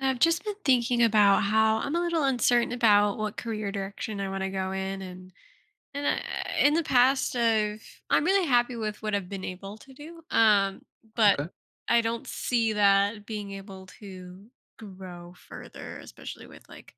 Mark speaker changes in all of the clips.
Speaker 1: I've just been thinking about how I'm a little uncertain about what career direction I want to go in, and I, in the past, I'm really happy with what I've been able to do. But
Speaker 2: Okay,
Speaker 1: I don't see that being able to grow further, especially with like.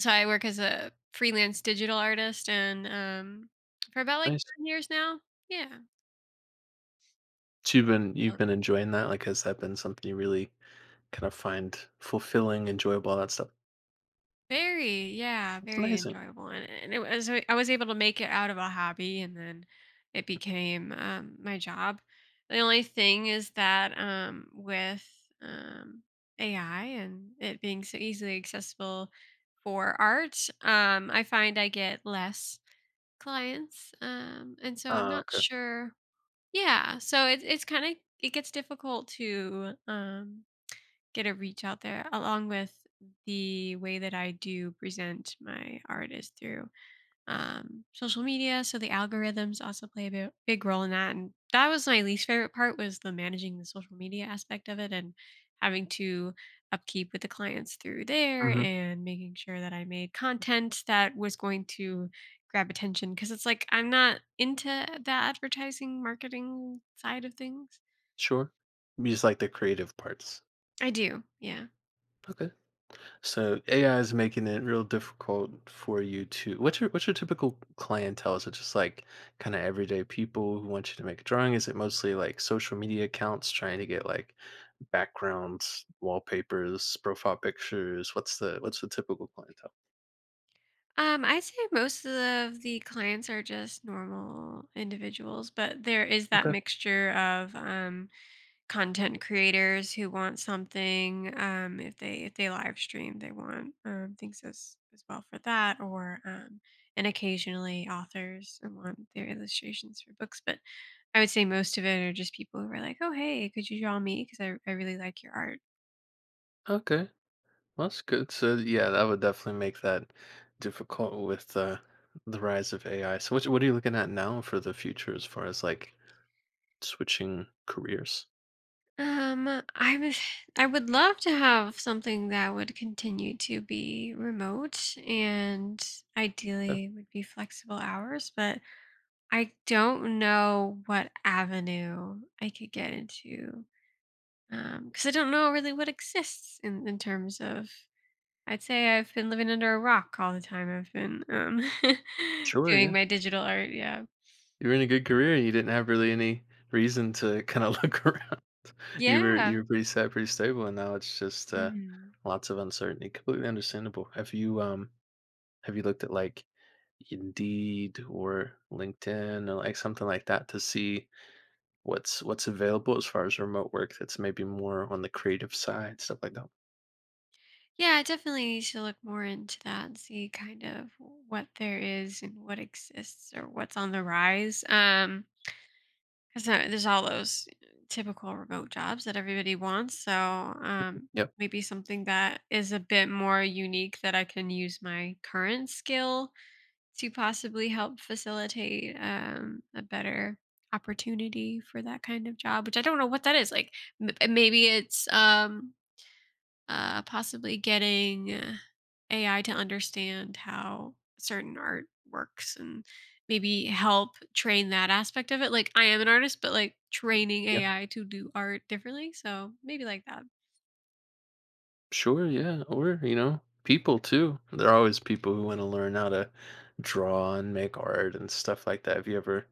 Speaker 1: So I work as a freelance digital artist, and for about like
Speaker 2: nice.
Speaker 1: 9 years now. Yeah.
Speaker 2: So you've been enjoying that? Like, has that been something you really kind of find fulfilling, enjoyable, all that stuff?
Speaker 1: Very, yeah,
Speaker 2: It's
Speaker 1: very
Speaker 2: amazing.
Speaker 1: enjoyable, and it was I was able to make it out of a hobby, and then it became my job. The only thing is that with um, AI and it being so easily accessible for art, I find I get less clients, and so I'm
Speaker 2: Ah,
Speaker 1: not
Speaker 2: okay.
Speaker 1: sure. Yeah, so it's kind of it gets difficult to get a reach out there along with the way that I do present my art is through social media. So the algorithms also play a big role in that. And that was my least favorite part was the managing the social media aspect of it and having to upkeep with the clients through there
Speaker 2: Hmm.
Speaker 1: and making sure that I made content that was going to grab attention because it's like I'm not into the advertising marketing side of things.
Speaker 2: Sure. You just like the creative parts.
Speaker 1: I do. Yeah.
Speaker 2: Okay. So AI is making it real difficult for you to. What's your typical clientele? Is it just like kind of everyday people who want you to make a drawing? Is it mostly like social media accounts trying to get like backgrounds, wallpapers, profile pictures? What's the typical clientele?
Speaker 1: I'd say most of the clients are just normal individuals, but there is that
Speaker 2: Okay.
Speaker 1: mixture of content creators who want something. If they live stream, they want things as well for that, or and occasionally authors and want their illustrations for books. But I would say most of it are just people who are like, "Oh, hey, could you draw me? Because I really like your art."
Speaker 2: Okay. That's good. So yeah, that would definitely make that difficult with the rise of AI. So what are you looking at now for the future as far as like switching careers?
Speaker 1: Um, I was I would love to have something that would continue to be remote and
Speaker 2: Okay.
Speaker 1: ideally would be flexible hours, but I don't know what avenue I could get into. Because I don't know really what exists in terms of I'd say I've been living under a rock all the time. I've been
Speaker 2: Sure,
Speaker 1: doing
Speaker 2: yeah.
Speaker 1: my digital art, yeah.
Speaker 2: You were in a good career, and you didn't have really any reason to kind of look around. You were you
Speaker 1: Yeah.
Speaker 2: were pretty set, pretty stable, and now it's just
Speaker 1: Mhm.
Speaker 2: lots of uncertainty. Completely understandable. Have you looked at like Indeed or LinkedIn or like something like that to see what's available as far as remote work that's maybe more on the creative side, stuff like that?
Speaker 1: Yeah, I definitely need to look more into that and see kind of what there is and what exists or what's on the rise. Because there's all those typical remote jobs that everybody wants. So,
Speaker 2: Yep.
Speaker 1: maybe something that is a bit more unique that I can use my current skill to possibly help facilitate a better opportunity for that kind of job, which I don't know what that is. Like maybe it's possibly getting AI to understand how certain art works and maybe help train that aspect of it. Like, I am an artist, but like training
Speaker 2: Yeah.
Speaker 1: AI to do art differently. So maybe like that.
Speaker 2: Sure, yeah, or, you know, people too. There are always people who wanna learn how to draw and make art and stuff like that. Have you ever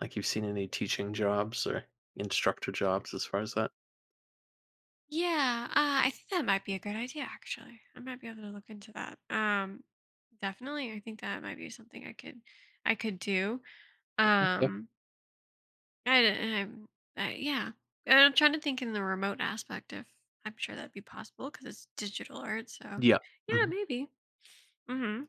Speaker 2: like, you've seen any teaching jobs or instructor jobs as far as that?
Speaker 1: Yeah, I think that might be a good idea, actually. I might be able to look into that. Definitely. I think that might be something I could do.
Speaker 2: Mhm, yep.
Speaker 1: Um, I I'm yeah. I'm trying to think in the remote aspect if I'm sure that'd be possible because it's digital art. So
Speaker 2: Yeah.
Speaker 1: yeah,
Speaker 2: Mhm.
Speaker 1: maybe. hmm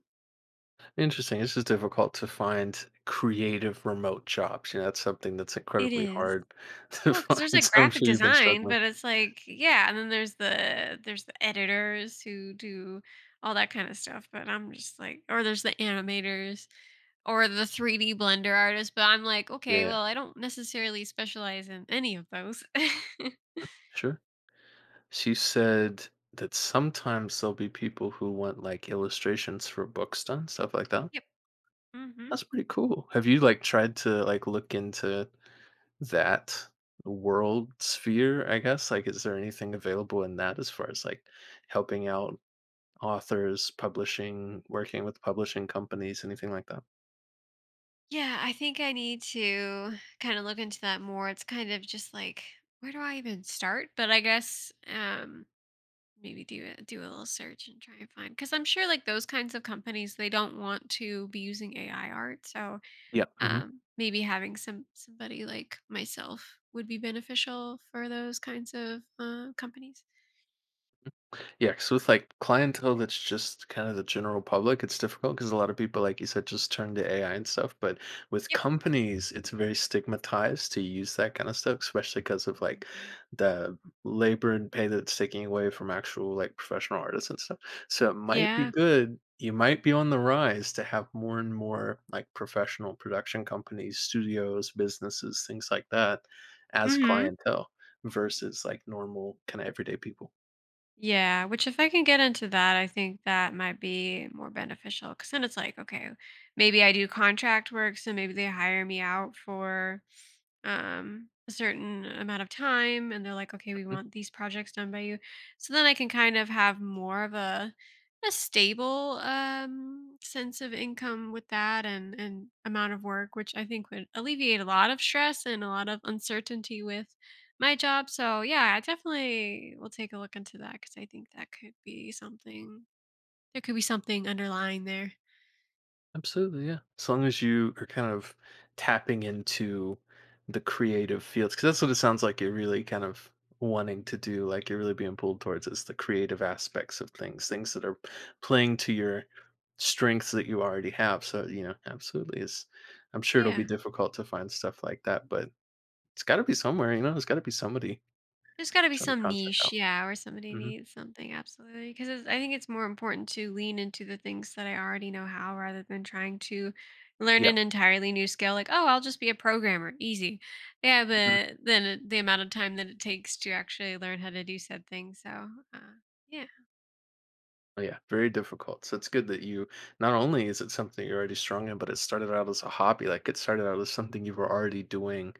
Speaker 2: Interesting, it's just difficult to find creative remote jobs, you know, that's something that's
Speaker 1: It
Speaker 2: incredibly
Speaker 1: is.
Speaker 2: hard to
Speaker 1: Well, because there's
Speaker 2: find,
Speaker 1: like
Speaker 2: so I'm
Speaker 1: graphic
Speaker 2: sure you've been
Speaker 1: design,
Speaker 2: struggling.
Speaker 1: but it's like yeah, and then there's the editors who do all that kind of stuff. But I'm just like, or there's the animators or the 3D blender artists. But I'm like, okay,
Speaker 2: Yeah.
Speaker 1: well, I don't necessarily specialize in any of those.
Speaker 2: Sure. She said that sometimes there'll be people who want like illustrations for books done, stuff like that.
Speaker 1: Yep. hmm
Speaker 2: That's pretty cool. Have you like tried to like look into that world sphere, I guess? Like is there anything available in that as far as like helping out authors, publishing, working with publishing companies, anything like that?
Speaker 1: Yeah, I think I need to kind of look into that more. It's kind of just like, where do I even start? But I guess maybe do a little search and try and find cuz I'm sure like those kinds of companies they don't want to be using AI art. So,
Speaker 2: Yeah. Mm-hmm.
Speaker 1: maybe having somebody like myself would be beneficial for those kinds of companies.
Speaker 2: Yeah, yeah, 'cause with like clientele that's just kind of the general public, it's difficult because a lot of people, like you said, just turn to AI and stuff. But with
Speaker 1: Yep.
Speaker 2: companies, it's very stigmatized to use that kind of stuff, especially because of like
Speaker 1: Mhm.
Speaker 2: the labor and pay that's taking away from actual like professional artists and stuff. So it might be
Speaker 1: Yeah.
Speaker 2: good. You might be on the rise to have more and more like professional production companies, studios, businesses, things like that as
Speaker 1: Mhm.
Speaker 2: clientele versus like normal kind of everyday people.
Speaker 1: Yeah, which if I can get into that, I think that might be more beneficial because then it's like, okay, maybe I do contract work, so maybe they hire me out for a certain amount of time and they're like okay we want these projects done by you so then I can kind of have more of a stable sense of income with that and amount of work which I think would alleviate a lot of stress and a lot of uncertainty with my job. So yeah, I definitely will take a look into that because I think that could be something there could be something underlying there,
Speaker 2: Absolutely, yeah. As long as you are kind of tapping into the creative fields, because that's what it sounds like you're really kind of wanting to do, like you're really being pulled towards is the creative aspects of things, things that are playing to your strengths that you already have. So, you know, absolutely is I'm sure it'll be
Speaker 1: yeah.
Speaker 2: difficult to find stuff like that, but it's gotta be somewhere, you know, there's gotta be somebody
Speaker 1: There's gotta be
Speaker 2: trying to
Speaker 1: some
Speaker 2: contract
Speaker 1: niche,
Speaker 2: out.
Speaker 1: yeah, where somebody
Speaker 2: Hmm.
Speaker 1: needs something, absolutely. Because I think it's more important to lean into the things that I already know how rather than trying to learn
Speaker 2: Yeah.
Speaker 1: an entirely new skill, like, "Oh, I'll just be a programmer, easy." Yeah, but then the amount of time that it takes to actually learn how to do said thing, so, yeah.
Speaker 2: Oh, yeah, very difficult. So it's good that you not only is it something you're already strong in, but it started out as a hobby. Like it started out as something you were already doing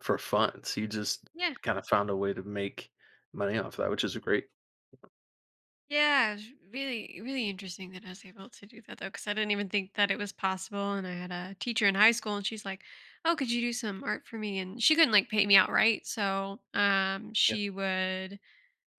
Speaker 2: for fun. So you just
Speaker 1: Yeah.
Speaker 2: kind of found a way to make money off that, which is great.
Speaker 1: Yeah, it was really, really interesting that I was able to do that though, because I didn't even think that it was possible. And I had a teacher in high school, and she's like, "Oh, could you do some art for me?" And she couldn't like pay me outright, so um,
Speaker 2: Yeah,
Speaker 1: she would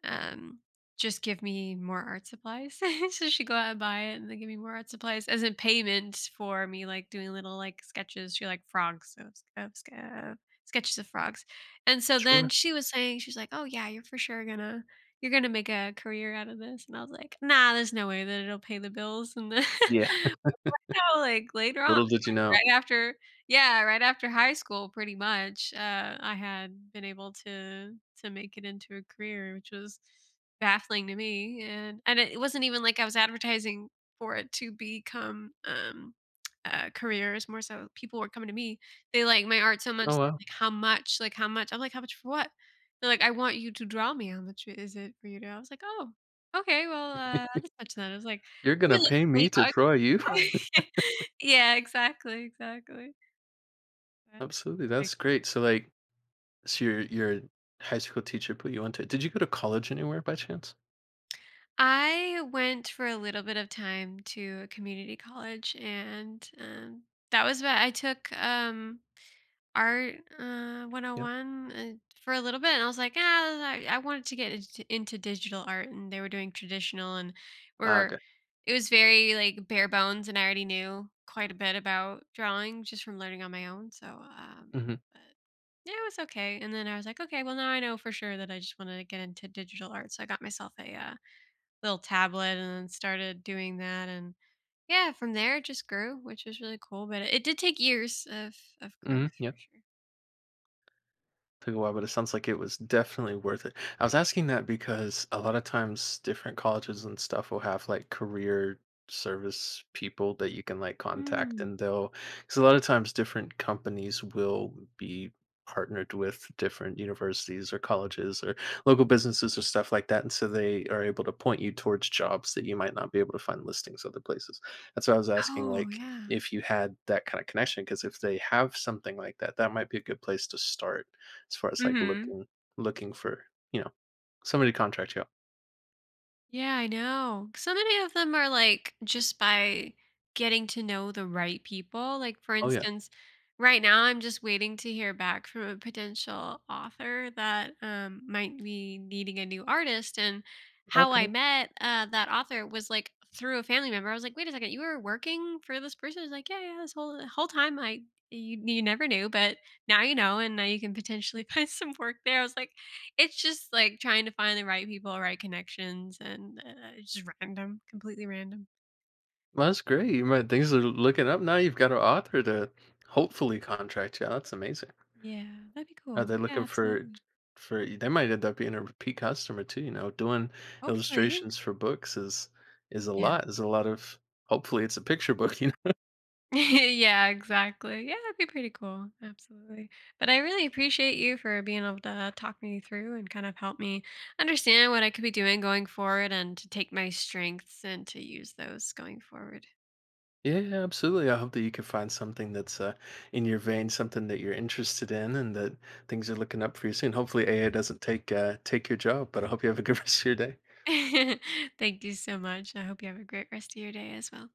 Speaker 1: um, just give me more art supplies. So she'd go out and buy it and then give me more art supplies as in payment for me like doing little like sketches. She like frogs of sketches of frogs. And so
Speaker 2: sure.
Speaker 1: then she was saying, she's like, "Oh yeah, you're for sure gonna you're gonna make a career out of this." And I was like, nah, there's no way that it'll pay the bills and the
Speaker 2: Yeah.
Speaker 1: no, like, later on,
Speaker 2: Little did you
Speaker 1: like,
Speaker 2: know.
Speaker 1: right after yeah, right after high school, pretty much, I had been able to make it into a career, which was baffling to me, and it wasn't even like I was advertising for it to become, a career. It's more so people were coming to me. They like my art so much,
Speaker 2: Oh
Speaker 1: they're
Speaker 2: well,
Speaker 1: like, "How much? Like, how much?" I'm like, "How much for what?" They're like, "I want you to draw me. How much is it for you to" I was like, "Oh, okay, well, this much then." I was like,
Speaker 2: you're gonna
Speaker 1: really
Speaker 2: pay me
Speaker 1: 20
Speaker 2: to
Speaker 1: bucks.
Speaker 2: draw you?
Speaker 1: Yeah, exactly, exactly. Right.
Speaker 2: Absolutely,
Speaker 1: Like
Speaker 2: that's great. So like, so your high school teacher put you onto it. Did you go to college anywhere by chance?
Speaker 1: I went for a little bit of time to a community college, and, that was what I took, Art,
Speaker 2: Yeah.
Speaker 1: 101, for a little bit, and I was like, "Ah, I wanted to get into digital art," and they were doing traditional and
Speaker 2: Ah,
Speaker 1: were
Speaker 2: okay.
Speaker 1: it was very, like, bare bones, and I already knew quite a bit about drawing just from learning on my own, so,
Speaker 2: Mm-hmm.
Speaker 1: yeah, it was okay, and then I was like, "Okay, well, now I know for sure that I just wanna get into digital art," so I got myself a, little tablet and then started doing that, and yeah, from there it just grew, which was really cool, but it did take years of
Speaker 2: Mm-hmm.
Speaker 1: growth
Speaker 2: Yeah.
Speaker 1: for sure.
Speaker 2: Took a while, but it sounds like it was definitely worth it. I was asking that because a lot of times different colleges and stuff will have like career service people that you can like contact and
Speaker 1: Mm.
Speaker 2: they'll because a lot of times different companies will be partnered with different universities or colleges or local businesses or stuff like that, and so they are able to point you towards jobs that you might not be able to find listings other places. That's why I was asking
Speaker 1: Oh,
Speaker 2: like
Speaker 1: yeah.
Speaker 2: if you had that kind of connection, because if they have something like that, that might be a good place to start as far as, like,
Speaker 1: Mhm.
Speaker 2: looking for, you know, somebody to contract you out.
Speaker 1: Yeah, I know. So many of them are like just by getting to know the right people. Like, for
Speaker 2: Oh, yeah.
Speaker 1: instance, right now I'm just waiting to hear back from a potential author that might be needing a new artist. And how I
Speaker 2: Okay.
Speaker 1: met that author was like through a family member. I was like, wait a second, you were working for this person? It's like, yeah, yeah, this whole time I you you never knew, but now you know, and now you can potentially find some work there. I was like, it's just, like, trying to find the right people, right connections, and, it's just random, completely random.
Speaker 2: Well, that's great. You might things are looking up now. You've got an author to hopefully contract you out. That's amazing.
Speaker 1: Yeah, that'd be
Speaker 2: Are
Speaker 1: cool.
Speaker 2: they
Speaker 1: Yeah,
Speaker 2: looking
Speaker 1: absolutely.
Speaker 2: for they might end up being a repeat customer too, you know, doing
Speaker 1: Hopefully.
Speaker 2: illustrations for books is a
Speaker 1: Yeah.
Speaker 2: lot. There's a lot of hopefully it's a picture book, you
Speaker 1: Yeah, exactly. Yeah, that'd be pretty cool, absolutely. But I really appreciate you for being able to talk me through and kind of help me understand what I could be doing going forward and to take my strengths and to use those going forward.
Speaker 2: yeah, yeah, absolutely. I hope that you can find something that's in your vein, something that you're interested in, and that things are looking up for you soon. Hopefully, AA doesn't take take your job, but I hope you have a good rest of your day.
Speaker 1: Thank you so much. I hope you have a great rest of your day as well.